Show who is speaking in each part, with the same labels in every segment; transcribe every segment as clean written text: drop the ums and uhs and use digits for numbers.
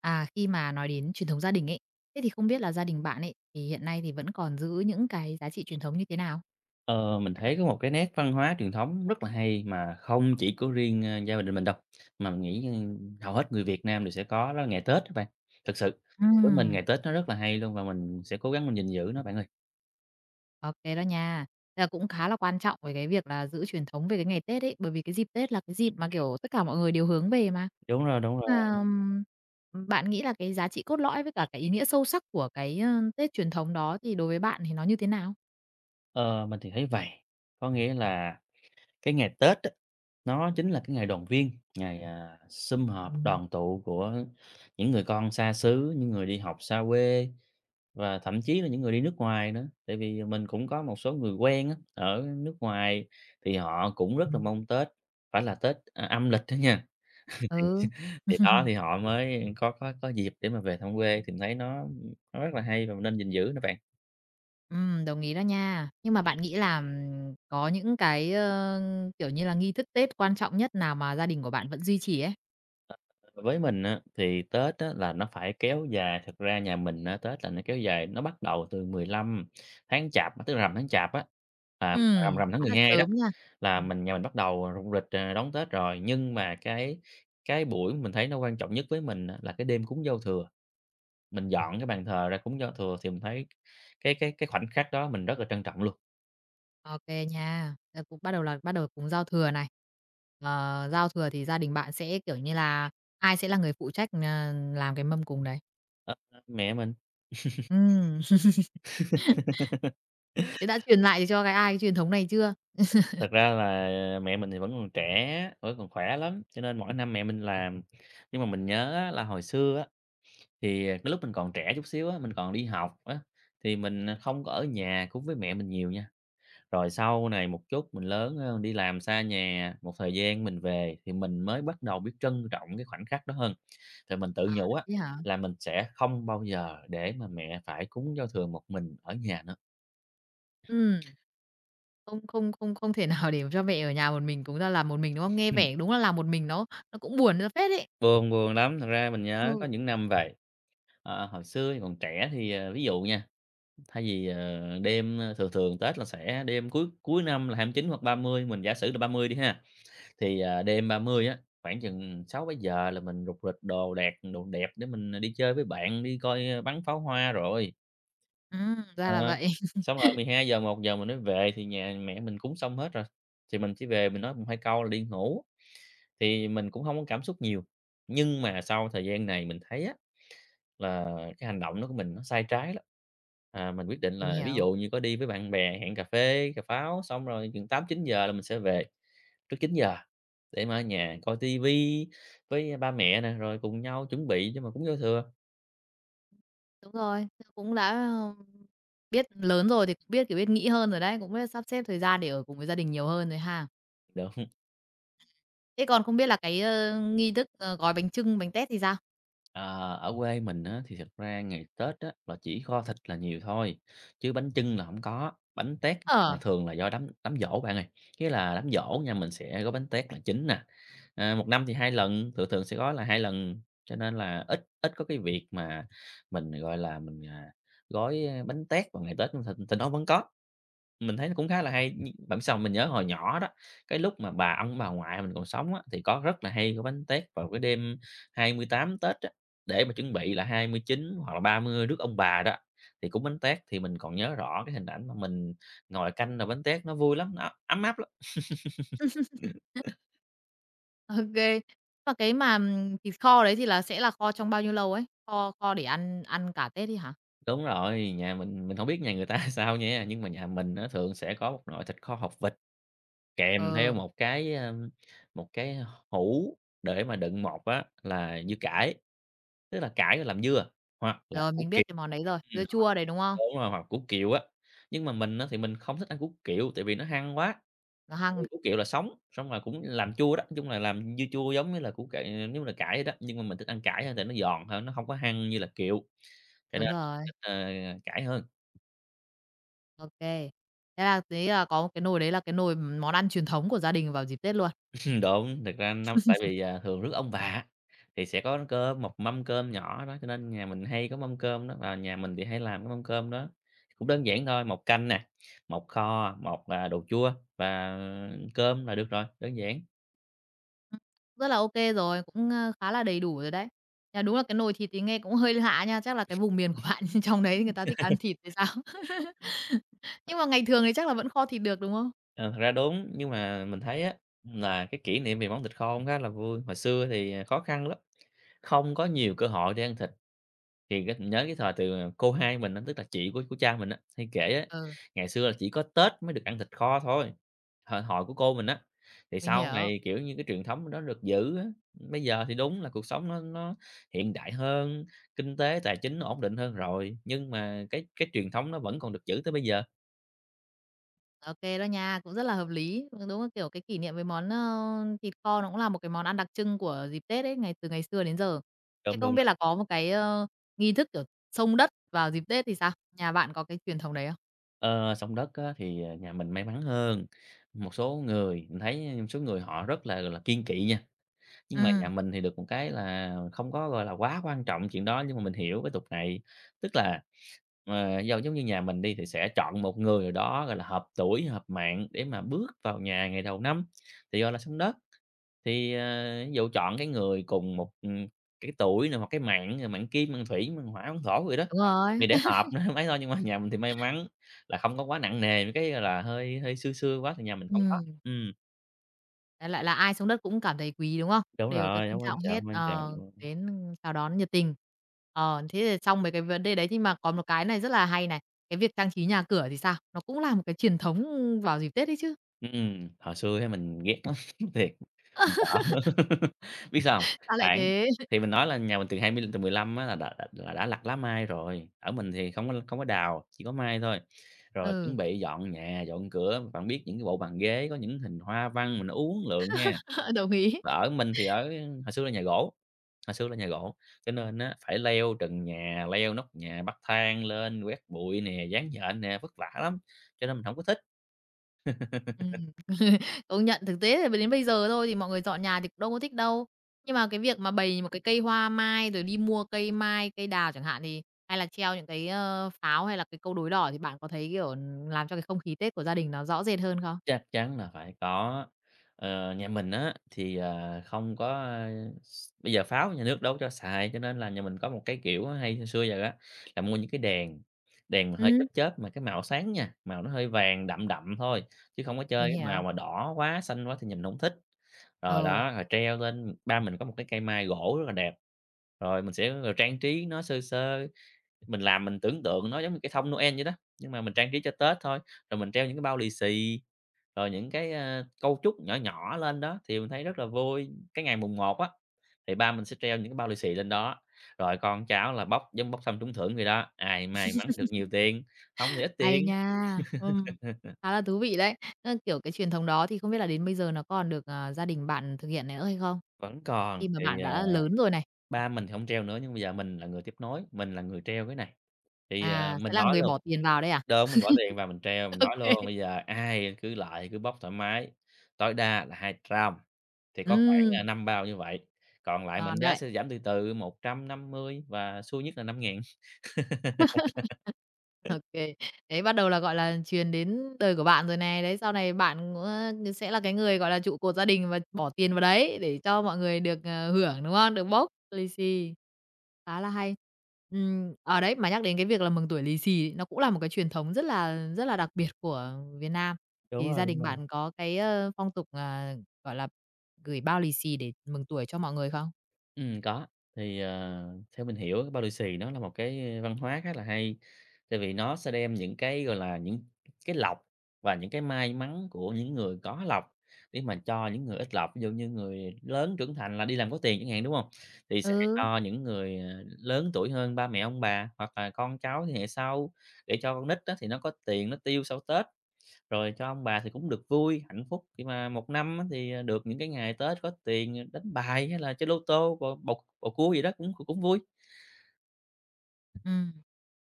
Speaker 1: À, khi mà nói đến truyền thống gia đình ấy, thế thì không biết là gia đình bạn ấy thì hiện nay thì vẫn còn giữ những cái giá trị truyền thống như thế nào?
Speaker 2: Ờ, mình thấy có một cái nét văn hóa truyền thống rất là hay mà không chỉ của riêng, gia đình mình đâu, mà mình nghĩ, hầu hết người Việt Nam đều sẽ có, đó là ngày Tết các bạn. Thực sự, với mình
Speaker 1: Ừm,
Speaker 2: ngày Tết nó rất là hay luôn và mình sẽ cố gắng mình gìn giữ nó bạn ơi.
Speaker 1: ô đó nha. Thế là cũng khá là quan trọng về cái việc là giữ truyền thống về cái ngày Tết ấy, bởi vì cái dịp Tết là cái dịp mà, kiểu, tất cả mọi người đều hướng về mà.
Speaker 2: Đúng rồi, đúng rồi.
Speaker 1: Mà, bạn nghĩ là cái giá trị cốt lõi với cả cái ý nghĩa sâu sắc của cái, Tết truyền thống đó thì đối với bạn thì nó như thế nào?
Speaker 2: Ờ, mình thì thấy vầy, có nghĩa là cái ngày Tết á, nó chính là cái ngày đoàn viên, ngày, sum họp đoàn tụ của những người con xa xứ, những người đi học xa quê và thậm chí là những người đi nước ngoài nữa. Tại vì mình cũng có một số người quen á, ở nước ngoài thì họ cũng rất là mong Tết, phải là Tết, âm lịch đó nha, thì
Speaker 1: Ừ.
Speaker 2: thì đó, thì họ mới có dịp để mà về thăm quê thì mình thấy nó rất là hay và mình nên gìn giữ nó bạn.
Speaker 1: Đồng ý đó nha. Nhưng mà bạn nghĩ là, có những cái, kiểu như là, nghi thức Tết quan trọng nhất nào mà gia đình của bạn vẫn duy trì ấy?
Speaker 2: Với mình á, thì Tết á, là nó phải kéo dài, thực ra nhà mình á, Tết là nó kéo dài, nó bắt đầu từ 15 tháng Chạp, tức là rằm tháng Chạp á, à,
Speaker 1: Ừm,
Speaker 2: rằm rằm tháng
Speaker 1: khá là
Speaker 2: 12 đó
Speaker 1: sớm nha.
Speaker 2: là
Speaker 1: Ừm,
Speaker 2: nhà mình bắt đầu rục rịch, đón Tết rồi. Nhưng mà cái buổi mình thấy nó quan trọng nhất với mình á, là cái đêm cúng giao thừa, mình dọn cái bàn thờ ra cúng giao thừa thì mình thấy cái khoảnh khắc đó mình rất là trân trọng luôn.
Speaker 1: ô nha. Ờ, cũng bắt đầu cúng giao thừa này. Ờ, giao thừa thì gia đình bạn sẽ, kiểu như là, ai sẽ là người phụ trách, làm cái mâm cúng đấy?
Speaker 2: Ờ, mẹ mình,
Speaker 1: Ừm, thế đã truyền lại cho cái ai cái truyền thống này chưa?
Speaker 2: thật ra là mẹ mình thì vẫn còn trẻ, vẫn còn khỏe lắm, cho nên mỗi năm mẹ mình làm. Nhưng mà mình nhớ á, là hồi xưa á thì, cái lúc mình còn trẻ chút xíu á, mình còn đi học á, thì mình, không có ở nhà cùng với mẹ mình nhiều nha. Rồi sau này một chút mình lớn hơn, đi làm xa nhà một thời gian mình về thì mình mới bắt đầu biết trân trọng cái khoảnh khắc đó hơn. Thì mình tự
Speaker 1: À,
Speaker 2: nhủ á,
Speaker 1: thế hả?
Speaker 2: là mình sẽ không bao giờ để mà mẹ phải cúng giao thừa một mình ở nhà nữa.
Speaker 1: Ừm. Không không không không thể nào để cho mẹ ở nhà một mình, cũng ra làm một mình, đúng không? Nghe vẻ đúng là làm một mình nó cũng buồn ra phết ấy.
Speaker 2: Ừ, buồn, buồn lắm, thật ra mình nhớ có
Speaker 1: Ừm.
Speaker 2: những năm vậy, hồi xưa thì còn trẻ thì, ví dụ nha, thay vì, đêm, thường thường Tết là sẽ đêm cuối cuối năm là 29 hoặc 30 mình giả sử là 30 đi ha. Thì, đêm 30 á, khoảng chừng 600 giờ là mình rục rịch đồ đạc đồ đẹp để mình, đi chơi với bạn, đi coi, bắn pháo hoa rồi.
Speaker 1: Ra
Speaker 2: Ờ,
Speaker 1: là vậy.
Speaker 2: xong rồi mười hai giờ một giờ mình mới về thì nhà mẹ mình cúng xong hết rồi, thì mình chỉ về mình nói một hai câu là đi ngủ, thì mình cũng không có cảm xúc nhiều. Nhưng mà sau thời gian này mình thấy á, là cái hành động đó của mình nó sai trái lắm. Mình quyết định
Speaker 1: Mình
Speaker 2: là ví
Speaker 1: hiểu.
Speaker 2: dụ như có đi với bạn bè hẹn cà phê, cà pháo xong rồi chừng tám chín giờ là mình sẽ về. Trước chín giờ để mà ở nhà coi tivi với ba mẹ nè, rồi cùng nhau chuẩn bị chứ mà cúng giao thừa.
Speaker 1: Đúng rồi, cũng đã, biết lớn rồi thì cũng biết, kiểu, biết nghĩ hơn rồi đấy, cũng biết sắp xếp thời gian để ở cùng với gia đình nhiều hơn rồi ha.
Speaker 2: Được.
Speaker 1: Thế còn không biết là cái, nghi thức, gói bánh chưng, bánh tét thì sao?
Speaker 2: Ờ, ở quê mình á thì thật ra ngày Tết á là chỉ kho thịt là nhiều thôi, chứ bánh chưng là không có, bánh tét là
Speaker 1: Ờ,
Speaker 2: thường là do đám đám giỗ bạn ơi. Nghĩa là đám giỗ nha, mình sẽ có bánh tét là chính nè, 1 năm thì 2 lần, thường thường sẽ có là 2 lần, cho nên là ít ít có cái việc mà mình, gọi là, mình, à, gói, bánh tét vào ngày Tết, thì mà nó vẫn có. Mình thấy nó cũng khá là hay, bạn biết sao. Mình nhớ hồi nhỏ đó, cái lúc mà ông bà ngoại mình còn sống á, thì có rất là hay gói bánh tét vào cái đêm 28 Tết á, để mà chuẩn bị là 29 hoặc là 30 rước ông bà đó, thì cũng bánh tét. Thì mình còn nhớ rõ cái hình ảnh mà mình ngồi canh nồi bánh tét nó vui lắm, nó ấm áp lắm.
Speaker 1: ok kê. Và cái mà, thịt kho đấy thì sẽ là kho trong bao nhiêu lâu ấy? Kho kho để ăn ăn cả Tết đi hả?
Speaker 2: Đúng rồi, nhà mình không biết nhà người ta sao nha, nhưng mà nhà mình nó thường sẽ có một nồi thịt kho hột vịt kèm theo
Speaker 1: Ờ
Speaker 2: một cái, một cái hũ để mà đựng một á là dưa cải. Tức là cải rồi làm dưa, hoặc là
Speaker 1: rồi,
Speaker 2: củ
Speaker 1: mình
Speaker 2: kiệu.
Speaker 1: biết cái món đấy rồi, dưa
Speaker 2: Hoặc
Speaker 1: chua đấy, đúng không?
Speaker 2: đúng rồi, hoặc củ kiệu á. Nhưng mà mình á thì mình không thích ăn củ kiệu, tại vì nó hăng quá,
Speaker 1: Nó
Speaker 2: tại
Speaker 1: hăng,
Speaker 2: vì củ kiệu là sống, xong rồi cũng làm chua đó, nói chung là làm dưa chua giống như là củ cải giống là cải vậy đó. Nhưng mà mình thích ăn cải hơn tại nó giòn hơn, nó không có hăng như là kiệu, cho nên
Speaker 1: đúng
Speaker 2: mình
Speaker 1: rồi.
Speaker 2: thích, cải hơn.
Speaker 1: OK kê. Thế là đấy là có cái nồi đấy là cái nồi món ăn truyền thống của gia đình vào dịp Tết luôn.
Speaker 2: Đúng, thực ra tại vì, thường rước ông bà á, thì sẽ có cơm, một mâm cơm nhỏ đó, cho nên nhà mình hay có mâm cơm đó, và nhà mình thì hay làm cái mâm cơm đó. Cũng đơn giản thôi, một canh nè, một kho, một đồ chua và cơm là được rồi, đơn giản.
Speaker 1: Rất là OK rồi, cũng, khá là đầy đủ rồi đấy. À, đúng là cái nồi thịt thì nghe cũng hơi lạ nha, chắc là cái vùng miền của bạn trong đấy người ta thích ăn thịt hay sao? Nhưng mà ngày thường thì chắc là vẫn kho thịt được, đúng không?
Speaker 2: Ờ, thật ra đúng, nhưng mà mình thấy á, là cái kỷ niệm về món thịt kho cũng khá là vui, hồi xưa thì, khó khăn lắm, không có nhiều cơ hội để ăn thịt. Thì cái nhớ cái thời từ cô hai mình á, tức là chị của cha mình á, hay kể á,
Speaker 1: Ừ,
Speaker 2: ngày xưa là chỉ có Tết mới được ăn thịt kho thôi, thời hội của cô mình á. Thì
Speaker 1: mình
Speaker 2: sau
Speaker 1: hiểu.
Speaker 2: này, kiểu như, cái truyền thống đó được giữ á. Bây giờ thì đúng là cuộc sống nó hiện đại hơn, kinh tế tài chính nó ổn định hơn rồi, nhưng mà cái truyền thống nó vẫn còn được giữ tới bây giờ.
Speaker 1: OK đó nha, cũng rất là hợp lý. Ừ, đúng là, kiểu, cái kỷ niệm với món, thịt kho nó cũng là một cái món ăn đặc trưng của dịp Tết ấy, ngày từ ngày xưa đến giờ. Thế
Speaker 2: Đúng,
Speaker 1: không
Speaker 2: đúng
Speaker 1: biết
Speaker 2: rồi.
Speaker 1: là có một cái, nghi thức, kiểu, xông đất vào dịp Tết thì sao? Nhà bạn có cái truyền thống đấy không?
Speaker 2: Ờ, sông đất á, thì, nhà mình may mắn hơn, một số người mình thấy, số người họ rất là, gọi là, kiêng kỵ nha. Nhưng
Speaker 1: Ừ.
Speaker 2: mà nhà mình thì được một cái là không có, gọi là, quá quan trọng chuyện đó, nhưng mà mình hiểu cái tục này. Tức là, do giống như nhà mình đi thì sẽ chọn một người nào đó, gọi là, hợp tuổi, hợp mạng để mà bước vào nhà ngày đầu năm, thì, gọi là, sông đất. Thì, ví dụ chọn cái người cùng một, cái tuổi nè, hoặc cái mạng, rồi mạng kim, mạng thủy, mạng hỏa, mạng thổ vậy đó,
Speaker 1: Đúng
Speaker 2: thì
Speaker 1: rồi.
Speaker 2: để hợp nữa mới thôi. Nhưng mà nhà mình thì may mắn là không có quá nặng nề mấy cái, gọi là, hơi hơi xưa xưa quá thì nhà mình không có.
Speaker 1: Ừ, đại loại là ai xông đất cũng cảm thấy quý, đúng không?
Speaker 2: Đúng
Speaker 1: Đều có
Speaker 2: rồi,
Speaker 1: trân
Speaker 2: hổng quan
Speaker 1: trọng
Speaker 2: trọng,
Speaker 1: hết,
Speaker 2: hông quan trọng.
Speaker 1: đến chào đón nhiệt tình. Ờ, thế thì xong mấy cái vấn đề đấy nhưng mà có một cái này rất là hay này, cái việc trang trí nhà cửa thì sao? Nó cũng là một cái truyền thống vào dịp Tết đấy chứ.
Speaker 2: Hồi xưa thì mình ghét lắm, thiệt, mình sợ. Biết sao hông?
Speaker 1: Sao lại
Speaker 2: Khoảng
Speaker 1: thế?
Speaker 2: thì mình nói là nhà mình từ 20 từ 15 á là đã lặt lá mai rồi, ở mình thì không có đào, chỉ có mai thôi. Rồi chuẩn
Speaker 1: Ừ.
Speaker 2: bị dọn nhà, dọn cửa, bạn biết những cái bộ bàn ghế có những hình hoa văn mình uốn lượn ha.
Speaker 1: Ờ, đồng ý.
Speaker 2: Và ở mình thì hồi xưa là nhà gỗ, hồi xưa là nhà gỗ, cho nên á phải leo trần nhà, leo nóc nhà, bắt thang lên, quét bụi nè, dán nhện nè, vất vả lắm, cho nên mình không có thích.
Speaker 1: Ừm, công nhận thực tế thì đến bây giờ thôi thì mọi người dọn nhà thì cũng đâu có thích đâu. Nhưng mà cái việc mà bày một cái cây hoa mai, rồi đi mua cây mai, cây đào chẳng hạn thì hay là treo những cái, pháo hay là cái câu đối đỏ thì bạn có thấy, kiểu, làm cho cái không khí Tết của gia đình nó rõ rệt hơn không?
Speaker 2: Chắc chắn là phải có. Nhà mình á, thì, không có, ơ, s bây giờ pháo nhà nước đâu cho xài, cho nên là nhà mình có một cái kiểu hay xưa xưa giờ á, là mua những cái đèn, đèn mà hơi chớp
Speaker 1: Ừm.
Speaker 2: chớp mà cái màu sáng nha, màu nó hơi vàng đậm đậm thôi, chứ không có chơi
Speaker 1: Mình
Speaker 2: cái màu
Speaker 1: hiểu.
Speaker 2: mà đỏ quá, xanh quá thì nhìn không thích. Rồi
Speaker 1: Ờ
Speaker 2: đó, rồi treo lên ba mình có một cái cây mai gỗ rất là đẹp, rồi mình sẽ, trang trí nó sơ sơ. Mình tưởng tượng nó giống như cái thông Noel vậy đó, nhưng mà mình trang trí cho Tết thôi, rồi mình treo những cái bao lì xì, rồi những cái, cau trúc nhỏ nhỏ lên đó thì mình thấy rất là vui. Cái ngày mùng một á, thì ba mình sẽ treo những cái bao lì xì lên đó, rồi con cháu là bóc giống bóc thăm trúng thưởng vậy đó, ai may mắn được nhiều tiền, không thì ít
Speaker 1: hay
Speaker 2: tiền.
Speaker 1: nha. Khá là thú vị đấy. Ơ, kiểu, cái truyền thống đó thì không biết là đến bây giờ nó còn được, gia đình bạn thực hiện nữa hay không?
Speaker 2: Vẫn còn,
Speaker 1: Khi mà
Speaker 2: thì,
Speaker 1: bạn
Speaker 2: ờ,
Speaker 1: đã lớn rồi này,
Speaker 2: ba mình thì hông treo nữa nhưng bây giờ mình là người tiếp nối, mình là người treo cái này, thì
Speaker 1: à, sẽ
Speaker 2: mình
Speaker 1: là
Speaker 2: nói
Speaker 1: người
Speaker 2: luôn.
Speaker 1: bỏ tiền vào đây à?
Speaker 2: Đúng, mình bỏ tiền vào mình treo, mình
Speaker 1: Ô.
Speaker 2: nói luôn: "Bây giờ ai cứ lại cứ bóc thoải mái, tối đa là 200." Thì có khoảng
Speaker 1: Ừm,
Speaker 2: 5 bao như vậy, còn lại
Speaker 1: ngon
Speaker 2: mệnh giá
Speaker 1: đấy.
Speaker 2: sẽ giảm từ từ 150 và xui nhất là năm 000.
Speaker 1: Ô kê. Đấy, bắt đầu là, gọi là, truyền đến đời của bạn rồi này. Đấy, sau này bạn, sẽ là cái người, gọi là, trụ cột gia đình và bỏ tiền vào đấy để cho mọi người được, hưởng, đúng không? Được bốc lì xì. Khá là hay. Ờ, đấy, mà nhắc đến cái việc là mừng tuổi lì xì nó cũng là một cái truyền thống rất là đặc biệt của Việt Nam.
Speaker 2: Đúng
Speaker 1: Thì
Speaker 2: rồi,
Speaker 1: gia
Speaker 2: đúng
Speaker 1: đình
Speaker 2: rồi.
Speaker 1: bạn có cái, phong tục, gọi là, gửi bao lì xì để mừng tuổi cho mọi người không?
Speaker 2: Có. Thì theo mình hiểu cái bao lì xì nó là một cái văn hóa khá là hay, tại vì nó sẽ đem những cái, gọi là, những cái lộc và những cái may mắn của những người có lộc để mà cho những người ít lộc. Ví dụ như người lớn trưởng thành là đi làm có tiền chẳng hạn, đúng không? Thì sẽ
Speaker 1: Ừ.
Speaker 2: cho những người lớn tuổi hơn ba mẹ, ông bà hoặc là con cháu thế hệ sau, để cho con nít á thì nó có tiền nó tiêu sau Tết. Rồi cho ông bà thì cũng được vui, hạnh phúc khi mà một năm á thì được những cái ngày Tết có tiền, đánh bài hay là chơi lô tô, bầu bầu bầu cua gì đó cũng cũng vui.
Speaker 1: Ừm.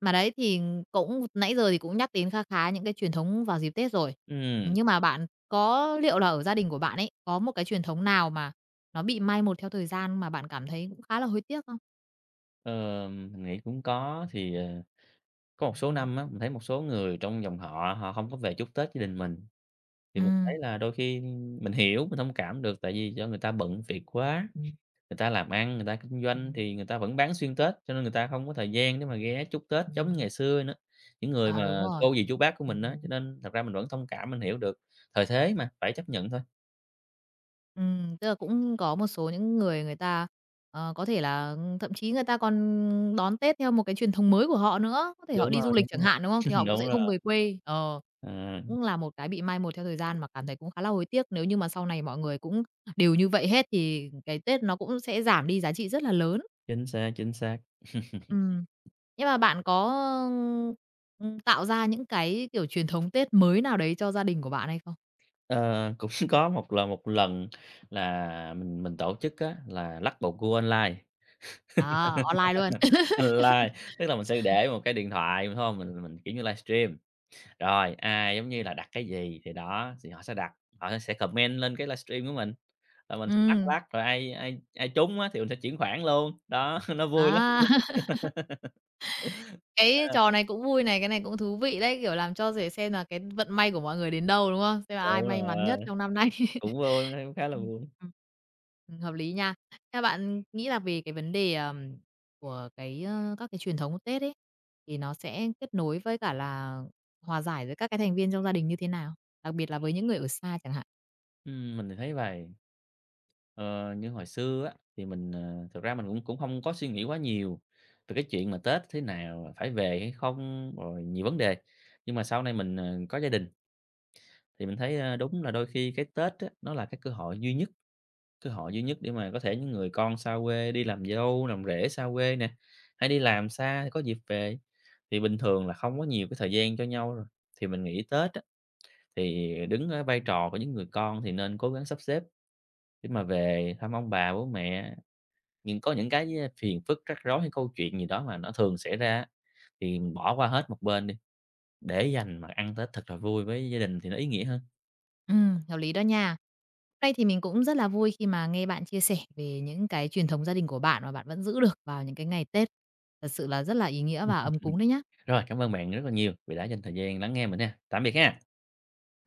Speaker 1: Mà đấy, thì cũng nãy giờ thì cũng nhắc đến kha khá những cái truyền thống vào dịp Tết rồi.
Speaker 2: Ừm,
Speaker 1: Nhưng mà bạn có liệu là ở gia đình của bạn ấy, có một cái truyền thống nào mà nó bị mai một theo thời gian mà bạn cảm thấy cũng khá là hối tiếc không?
Speaker 2: ờ, mình nghĩ cũng có, thì có một số năm á, mình thấy một số người trong dòng họ họ không có về chúc Tết gia đình mình. Thì mình thấy
Speaker 1: Ừm,
Speaker 2: là đôi khi mình hiểu, mình thông cảm được, tại vì do người ta bận việc quá, người ta làm ăn, người ta kinh doanh thì người ta vẫn bán xuyên Tết, cho nên người ta không có thời gian để mà ghé chúc Tết giống như ngày xưa nữa. Những người
Speaker 1: ờ, đúng
Speaker 2: mà
Speaker 1: rồi.
Speaker 2: cô dì, chú bác của mình á, cho nên thật ra mình vẫn thông cảm, mình hiểu được, thời thế mà, phải chấp nhận thôi.
Speaker 1: Tức là cũng có một số những người người ta, có thể là thậm chí người ta còn đón Tết theo một cái truyền thống mới của họ nữa, có thể họ
Speaker 2: Đúng
Speaker 1: đi
Speaker 2: rồi,
Speaker 1: du
Speaker 2: đúng
Speaker 1: lịch chẳng
Speaker 2: rồi.
Speaker 1: hạn, đúng không? Thì họ cũng
Speaker 2: Đúng
Speaker 1: sẽ
Speaker 2: rồi,
Speaker 1: không về quê. Ờ,
Speaker 2: à,
Speaker 1: cũng là một cái bị mai một theo thời gian mà cảm thấy cũng khá là hối tiếc. Nếu như mà sau này mọi người cũng đều như vậy hết thì cái Tết nó cũng sẽ giảm đi giá trị rất là lớn.
Speaker 2: chính xác, chính xác.
Speaker 1: Ừm. Nhưng mà bạn có, tạo ra những cái, kiểu, truyền thống Tết mới nào đấy cho gia đình của bạn hay không?
Speaker 2: Ờ, cũng có một lần là mình tổ chức á là lắc bầu cua online.
Speaker 1: À, online luôn.
Speaker 2: Ờ, Live, tức là mình sẽ để một cái điện thoại, đúng hông? Mình kiểu như, livestream, rồi ai giống như là đặt cái gì thì đó, thì họ sẽ đặt, họ sẽ comment lên cái livestream của mình, rồi mình sẽ lắc
Speaker 1: Ừm,
Speaker 2: lắc, rồi ai ai ai trúng á thì mình sẽ chuyển khoản luôn, đó, nó vui lắm.
Speaker 1: à. Cái
Speaker 2: Ờ,
Speaker 1: trò này cũng vui này, cái này cũng thú vị đấy, kiểu, làm cho rể xem là cái vận may của mọi người đến đâu, đúng không? Xem là ai
Speaker 2: đúng
Speaker 1: may mắn
Speaker 2: rồi,
Speaker 1: nhất trong năm nay.
Speaker 2: cũng vui, thấy cũng khá là
Speaker 1: Ừm,
Speaker 2: vui.
Speaker 1: ừm. Hợp lý nha. Theo bạn nghĩ là về cái vấn đề, của cái, các cái truyền thống của Tết ấy, thì nó sẽ kết nối với cả là hòa giải với các cái thành viên trong gia đình như thế nào? Đặc biệt là với những người ở xa chẳng hạn.
Speaker 2: Mình thì thấy vậy. Ờ, như hồi xưa á, thì mình, thực ra mình cũng cũng không có suy nghĩ quá nhiều về cái chuyện mà Tết thế nào, phải về hay không, rồi nhiều vấn đề. Nhưng mà sau này mình, có gia đình thì mình thấy, đúng là đôi khi cái Tết á, nó là cái cơ hội duy nhất, cơ hội duy nhất để mà có thể những người con xa quê đi làm dâu, làm rể xa quê nè, hay đi làm xa thì có dịp về. Thì bình thường là không có nhiều cái thời gian cho nhau rồi, thì mình nghĩ Tết á, thì đứng ở vai trò của những người con thì nên cố gắng sắp xếp để mà về thăm ông bà, bố mẹ, nhưng có những cái, phiền phức, rắc rối hay câu chuyện gì đó mà nó thường xảy ra á, thì mình bỏ qua hết một bên đi, để dành mà ăn Tết thật là vui với gia đình thì nó ý nghĩa hơn.
Speaker 1: Hợp lý đó nha. Nay thì mình cũng rất là vui khi mà nghe bạn chia sẻ về những cái truyền thống gia đình của bạn mà bạn vẫn giữ được vào những cái ngày Tết. Thật sự là rất là ý nghĩa và ấm cúng đấy nhá.
Speaker 2: Rồi, cảm ơn bạn rất là nhiều vì đã dành thời gian lắng nghe mình nha. Tạm biệt ha.
Speaker 1: Cảm